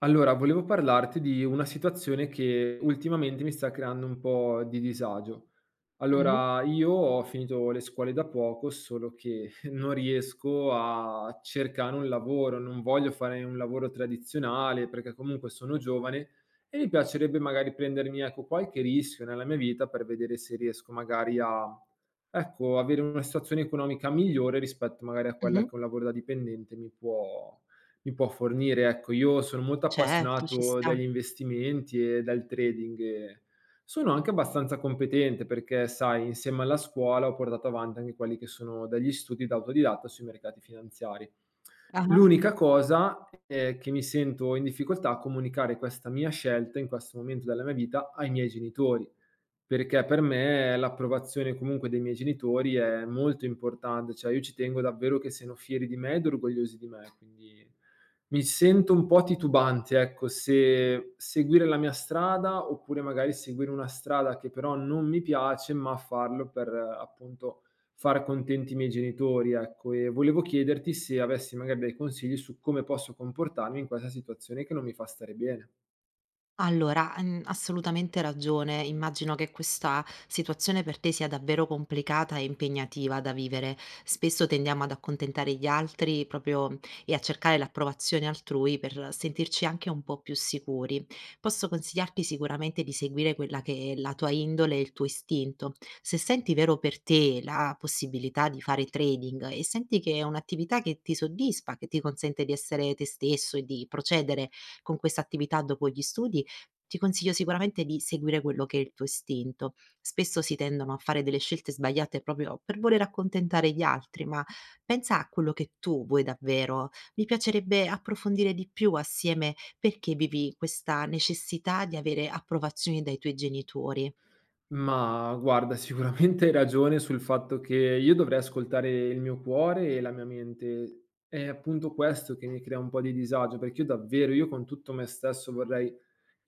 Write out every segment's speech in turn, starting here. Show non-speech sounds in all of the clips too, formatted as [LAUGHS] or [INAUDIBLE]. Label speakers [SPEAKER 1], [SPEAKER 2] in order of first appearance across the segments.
[SPEAKER 1] Allora, volevo parlarti di una situazione che ultimamente mi sta creando un po' di disagio.
[SPEAKER 2] Mh-mh,
[SPEAKER 1] Allora, io ho finito le scuole da poco, solo che [LAUGHS] non riesco a cercare un lavoro, non voglio fare un lavoro tradizionale perché comunque sono giovane e mi piacerebbe magari prendermi, ecco, qualche rischio nella mia vita per vedere se riesco magari a, ecco, avere una situazione economica migliore rispetto magari a quella
[SPEAKER 2] mh-mh.
[SPEAKER 1] che un lavoro da dipendente mi può fornire. Ecco, io sono molto
[SPEAKER 2] Certo, ci
[SPEAKER 1] appassionato
[SPEAKER 2] sta.
[SPEAKER 1] dagli investimenti e dal trading. E sono anche abbastanza competente perché, sai, insieme alla scuola ho portato avanti anche quelli che sono degli studi da autodidatta sui mercati finanziari.
[SPEAKER 2] Ah-ah.
[SPEAKER 1] L'unica cosa è che mi sento in difficoltà a comunicare questa mia scelta in questo momento della mia vita ai miei genitori, perché per me l'approvazione comunque dei miei genitori è molto importante, cioè io ci tengo davvero che siano fieri di me ed orgogliosi di me, quindi mi sento un po' titubante, ecco, se seguire la mia strada oppure magari seguire una strada che però non mi piace, ma farlo per appunto far contenti i miei genitori, ecco. E volevo chiederti se avessi magari dei consigli su come posso comportarmi in questa situazione che non mi fa stare bene.
[SPEAKER 2] Allora, assolutamente ragione. Immagino che questa situazione per te sia davvero complicata e impegnativa da vivere. Spesso tendiamo ad accontentare gli altri proprio e a cercare l'approvazione altrui per sentirci anche un po' più sicuri. Posso consigliarti sicuramente di seguire quella che è la tua indole e il tuo istinto. Se senti vero per te la possibilità di fare trading e senti che è un'attività che ti soddisfa, che ti consente di essere te stesso e di procedere con questa attività dopo gli studi, ti consiglio sicuramente di seguire quello che è il tuo istinto. Spesso si tendono a fare delle scelte sbagliate proprio per voler accontentare gli altri, ma pensa a quello che tu vuoi davvero. Mi piacerebbe approfondire di più assieme perché vivi questa necessità di avere approvazione dai tuoi genitori.
[SPEAKER 1] Ma guarda, sicuramente hai ragione sul fatto che io dovrei ascoltare il mio cuore e la mia mente. È appunto questo che mi crea un po' di disagio, perché io con tutto me stesso vorrei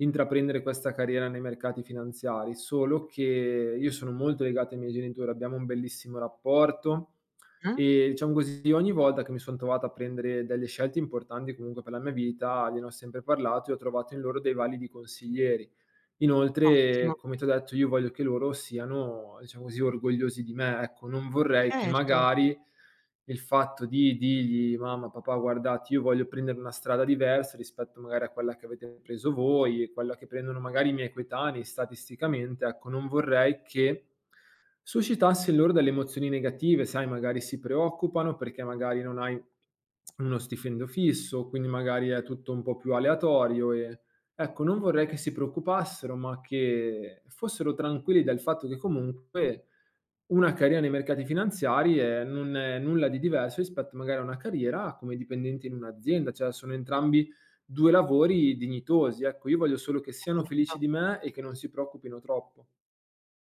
[SPEAKER 1] intraprendere questa carriera nei mercati finanziari, solo che io sono molto legato ai miei genitori, abbiamo un bellissimo rapporto
[SPEAKER 2] Mh?
[SPEAKER 1] e diciamo così ogni volta che mi son trovato a prendere delle scelte importanti comunque per la mia vita, gliene ho sempre parlato e ho trovato in loro dei validi consiglieri.
[SPEAKER 2] Ottimo.
[SPEAKER 1] Inoltre, come t'ho detto, io voglio che loro siano, diciamo così, orgogliosi di me, ecco. Non vorrei che
[SPEAKER 2] Certo,
[SPEAKER 1] magari il fatto di dirgli: "Mamma, papà, guardate, io voglio prendere una strada diversa rispetto magari a quella che avete preso voi e quella che prendono magari i miei coetanei statisticamente", ecco, non vorrei che suscitasse in loro delle emozioni negative, sai, magari si preoccupano perché magari non hai uno stipendio fisso, quindi magari è tutto un po' più aleatorio e ecco, non vorrei che si preoccupassero, ma che fossero tranquilli dal fatto che comunque una carriera nei mercati finanziari è non è nulla di diverso rispetto magari a una carriera come dipendente in un'azienda, cioè sono entrambi 2 lavori dignitosi. Ecco, io voglio solo che siano felici
[SPEAKER 2] certo.
[SPEAKER 1] di me e che non si preoccupino troppo.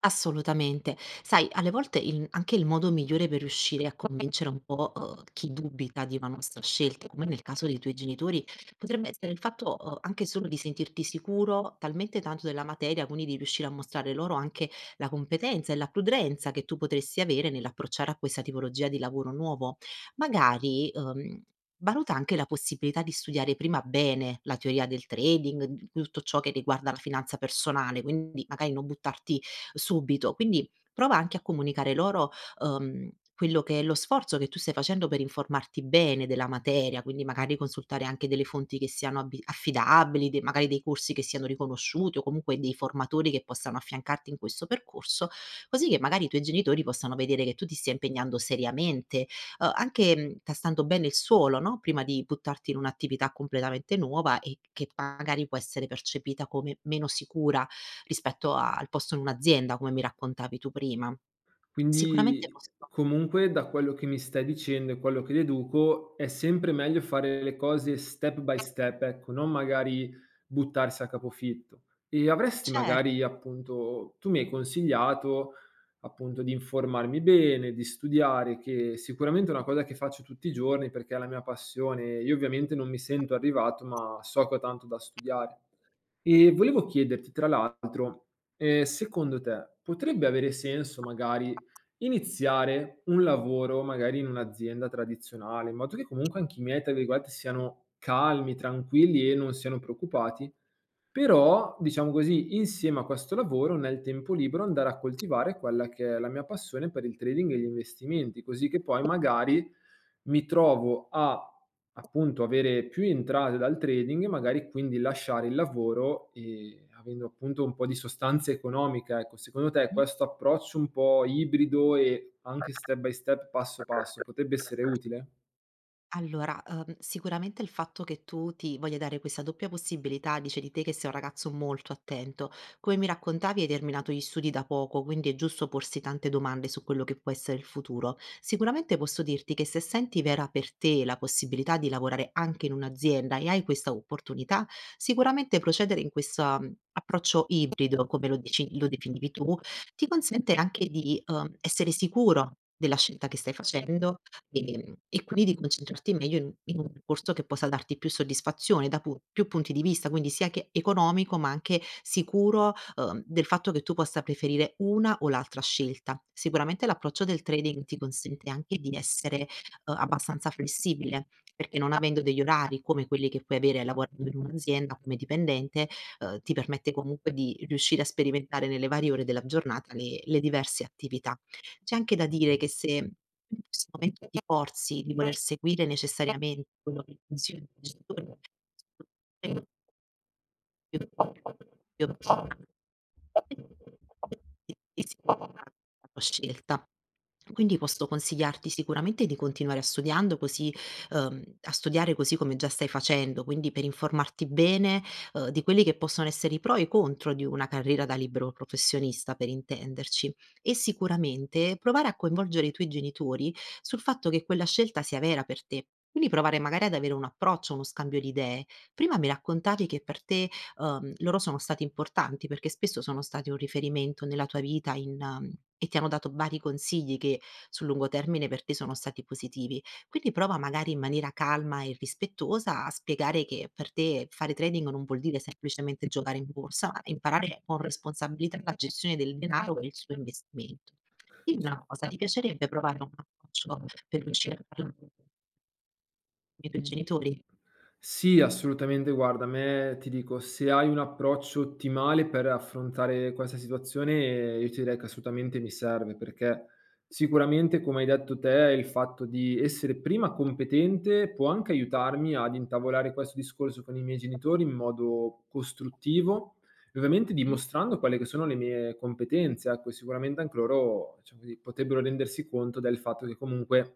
[SPEAKER 2] Assolutamente. Sai, alle volte il anche il modo migliore per riuscire a convincere un po', chi dubita di una nostra scelta, come nel caso dei tuoi genitori, potrebbe essere il fatto, anche solo di sentirti sicuro talmente tanto della materia, quindi di riuscire a mostrare loro anche la competenza e la prudenza che tu potresti avere nell'approcciare a questa tipologia di lavoro nuovo. Magari, valuta anche la possibilità di studiare prima bene la teoria del trading, di tutto ciò che riguarda la finanza personale, quindi magari non buttarti subito. Quindi prova anche a comunicare loro, uhm, quello che è lo sforzo che tu stai facendo per informarti bene della materia, quindi magari consultare anche delle fonti che siano abi affidabili, de magari dei corsi che siano riconosciuti o comunque dei formatori che possano affiancarti in questo percorso, così che magari i tuoi genitori possano vedere che tu ti stia impegnando seriamente, anche, tastando bene il suolo, no, prima di buttarti in un'attività completamente nuova e che magari può essere percepita come meno sicura rispetto a al posto in un'azienda, come mi raccontavi tu prima. Sicuramente
[SPEAKER 1] Quindi,
[SPEAKER 2] posso
[SPEAKER 1] comunque, da quello che mi stai dicendo e quello che deduco, è sempre meglio fare le cose step by step, ecco, non magari buttarsi a capofitto. E avresti
[SPEAKER 2] cer
[SPEAKER 1] magari, appunto tu mi hai consigliato, appunto, di informarmi bene, di studiare, che sicuramente è una cosa che faccio tutti i giorni perché è la mia passione. Io ovviamente non mi sento arrivato, ma so che ho tanto da studiare. E volevo chiederti, tra l'altro, secondo te potrebbe avere senso magari iniziare un lavoro, magari in un'azienda tradizionale, in modo che comunque anche i miei, tra virgolette, siano calmi, tranquilli e non siano preoccupati? Però, diciamo così, insieme a questo lavoro, nel tempo libero andare a coltivare quella che è la mia passione per il trading e gli investimenti, così che poi magari mi trovo a appunto avere più entrate dal trading e magari quindi lasciare il lavoro e avendo appunto un po' di sostanza economica. Ecco, secondo te questo approccio un po' ibrido e anche step by step, passo passo, potrebbe essere utile?
[SPEAKER 2] Allora, sicuramente il fatto che tu ti voglia dare questa doppia possibilità dice di te che sei un ragazzo molto attento. Come mi raccontavi hai terminato gli studi da poco, quindi è giusto porsi tante domande su quello che può essere il futuro. Sicuramente posso dirti che se senti vera per te la possibilità di lavorare anche in un'azienda e hai questa opportunità, sicuramente procedere in questa approccio ibrido, come lo definivi tu, ti consente anche di, essere sicuro della scelta che stai facendo. E quindi di concentrarti meglio in un percorso che possa darti più soddisfazione da pu più punti di vista, quindi sia che economico, ma anche sicuro, del fatto che tu possa preferire una o l'altra scelta. Sicuramente l'approccio del trading ti consente anche di essere, abbastanza flessibile, perché non avendo degli orari come quelli che puoi avere lavorando in un'azienda come dipendente, ti permette comunque di riuscire a sperimentare nelle varie ore della giornata le diverse attività. C'è anche da dire che se in questo momento ti forzi di voler seguire necessariamente quello che funziona [UNINTELLIGIBLE] Io io [UNINTELLIGIBLE] scelta. Quindi posso consigliarti sicuramente di continuare a studiando così a studiare così come già stai facendo, quindi per informarti bene, di quelli che possono essere i pro e i contro di una carriera da libero professionista, per intenderci. E sicuramente provare a coinvolgere i tuoi genitori sul fatto che quella scelta sia vera per te. Quindi provare magari ad avere un approccio, uno scambio di idee. Prima mi raccontavi che per te loro sono stati importanti perché spesso sono stati un riferimento nella tua vita in e ti hanno dato vari consigli che sul lungo termine per te sono stati positivi. Quindi prova magari in maniera calma e rispettosa a spiegare che per te fare trading non vuol dire semplicemente giocare in borsa, ma imparare con responsabilità la gestione del denaro e il suo investimento. Dimmi una cosa, ti piacerebbe provare un approccio per riuscire a parlare con i tuoi genitori?
[SPEAKER 1] Sì, assolutamente. Guarda, a me ti dico, se hai un approccio ottimale per affrontare questa situazione, io ti direi che assolutamente mi serve, perché sicuramente, come hai detto te, il fatto di essere prima competente può anche aiutarmi ad intavolare questo discorso con i miei genitori in modo costruttivo, e ovviamente
[SPEAKER 2] Mh?
[SPEAKER 1] dimostrando quelle che sono le mie competenze. Ecco, sicuramente anche loro, diciamo così, potrebbero rendersi conto del fatto che comunque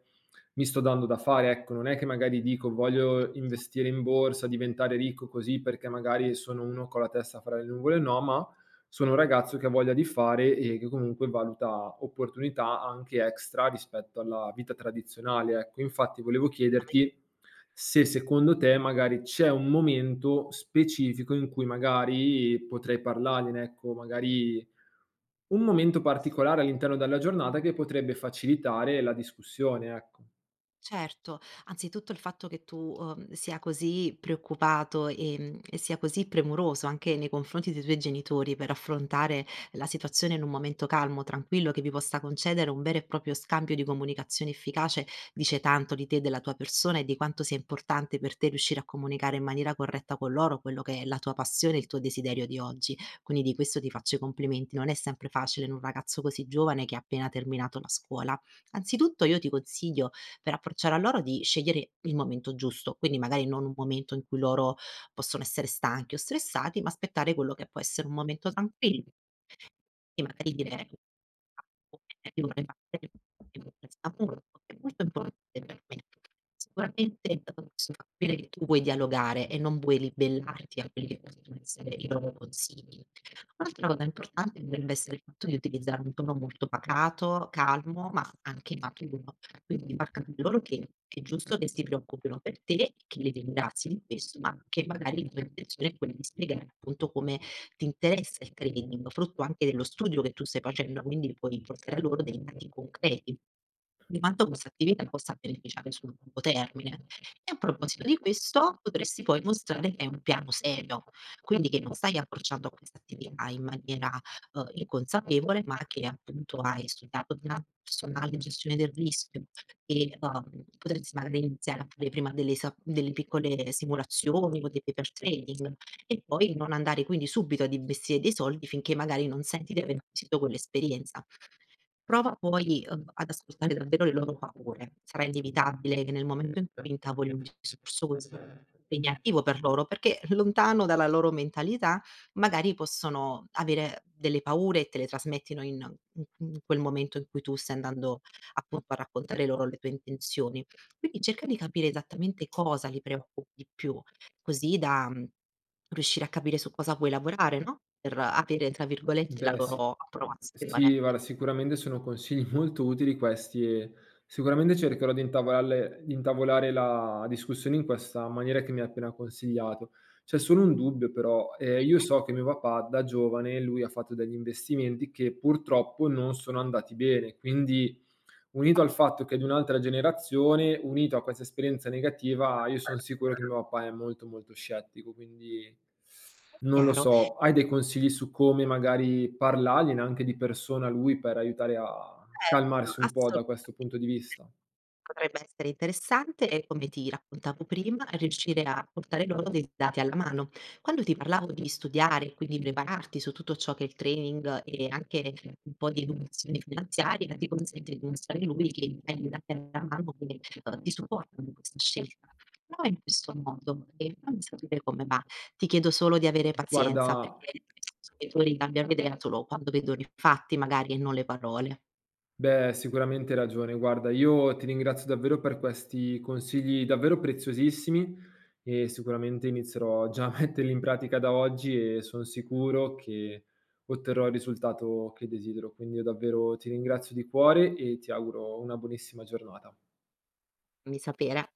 [SPEAKER 1] mi sto dando da fare, ecco, non è che magari dico voglio investire in borsa, diventare ricco così perché magari sono uno con la testa fra le nuvole, no, ma sono un ragazzo che ha voglia di fare e che comunque valuta opportunità anche extra rispetto alla vita tradizionale, ecco. Infatti volevo chiederti se secondo te magari c'è un momento specifico in cui magari potrei parlargliene, ecco, magari un momento particolare all'interno della giornata che potrebbe facilitare la discussione, ecco.
[SPEAKER 2] Certo, anzitutto il fatto che tu, sia così preoccupato, e sia così premuroso anche nei confronti dei tuoi genitori per affrontare la situazione in un momento calmo, tranquillo, che vi possa concedere un vero e proprio scambio di comunicazione efficace, dice tanto di te, della tua persona e di quanto sia importante per te riuscire a comunicare in maniera corretta con loro quello che è la tua passione, il tuo desiderio di oggi. Quindi di questo ti faccio i complimenti. Non è sempre facile in un ragazzo così giovane che ha appena terminato la scuola. Anzitutto io ti consiglio per approcciare a loro di scegliere il momento giusto, quindi magari non un momento in cui loro possono essere stanchi o stressati, ma aspettare quello che può essere un momento tranquillo. E magari dire [UNINTELLIGIBLE] è molto importante per me. Sicuramente posso capire che tu vuoi dialogare e non vuoi ribellarti a quelli che possono essere i loro consigli. Un'altra cosa importante dovrebbe essere il fatto di utilizzare un tono molto pacato, calmo, ma anche maturo. Quindi far capire loro che è giusto che si preoccupino per te e che li ringrazi di questo, ma che magari la tua intenzione è quella di spiegare appunto come ti interessa il trading, frutto anche dello studio che tu stai facendo, quindi puoi portare a loro dei dati concreti di quanto questa attività possa beneficiare sul lungo termine. E a proposito di questo, potresti poi mostrare che è un piano serio, quindi che non stai approcciando a questa attività in maniera inconsapevole, ma che appunto hai studiato una personale gestione del rischio e potresti magari iniziare a fare prima delle, delle piccole simulazioni o dei paper trading. E poi non andare quindi subito ad investire dei soldi finché magari non senti di aver acquisito quell'esperienza. Prova poi, ad ascoltare davvero le loro paure. Sarà inevitabile che nel momento in cui intavoli un discorso così impegnativo per loro, perché lontano dalla loro mentalità, magari possono avere delle paure e te le trasmettono in quel momento in cui tu stai andando appunto a raccontare loro le tue intenzioni. Quindi cerca di capire esattamente cosa li preoccupi di più. Così da, riuscire a capire su cosa vuoi lavorare, no, per avere tra virgolette "la
[SPEAKER 1] Beh sì,
[SPEAKER 2] loro approvazione".
[SPEAKER 1] sì guarda sicuramente sono consigli [LAUGHS] molto utili questi e sicuramente cercherò di intavolarle di intavolare la discussione in questa maniera che mi hai appena consigliato. C'è solo un dubbio però, io so che mio papà da giovane lui ha fatto degli investimenti che purtroppo non sono andati bene, quindi unito al fatto che è di un'altra generazione, unito a questa esperienza negativa, io son sicuro che mio papà è molto, molto scettico, quindi
[SPEAKER 2] È
[SPEAKER 1] non lo
[SPEAKER 2] chiaro,
[SPEAKER 1] so. Hai dei consigli su come magari parlargliene anche di persona a lui per aiutare a
[SPEAKER 2] certo,
[SPEAKER 1] calmarsi un po' da questo
[SPEAKER 2] assolutamente.
[SPEAKER 1] punto di vista?
[SPEAKER 2] Potrebbe essere interessante e, come ti raccontavo prima, riuscire a portare loro dei dati alla mano. Quando ti parlavo di studiare, quindi prepararti su tutto ciò che è il training e anche un po' di educazione finanziaria, ti consente di mostrare a lui che hai dei dati alla mano che ti supportano in questa scelta. Prova in questo modo e fammi sapere come va. Ti chiedo solo di avere
[SPEAKER 1] Guarda
[SPEAKER 2] pazienza perché i genitori cambiano idea solo quando vedono i fatti, magari e non le parole.
[SPEAKER 1] beh, sicuramente hai ragione. Guarda, io ti ringrazio davvero per questi consigli davvero preziosissimi e sicuramente inizierò già a [LAUGHS] metterli in pratica da oggi e son sicuro che otterrò il risultato che desidero. Quindi io davvero ti ringrazio di cuore e ti auguro una buonissima giornata.
[SPEAKER 2] Fammi sapere.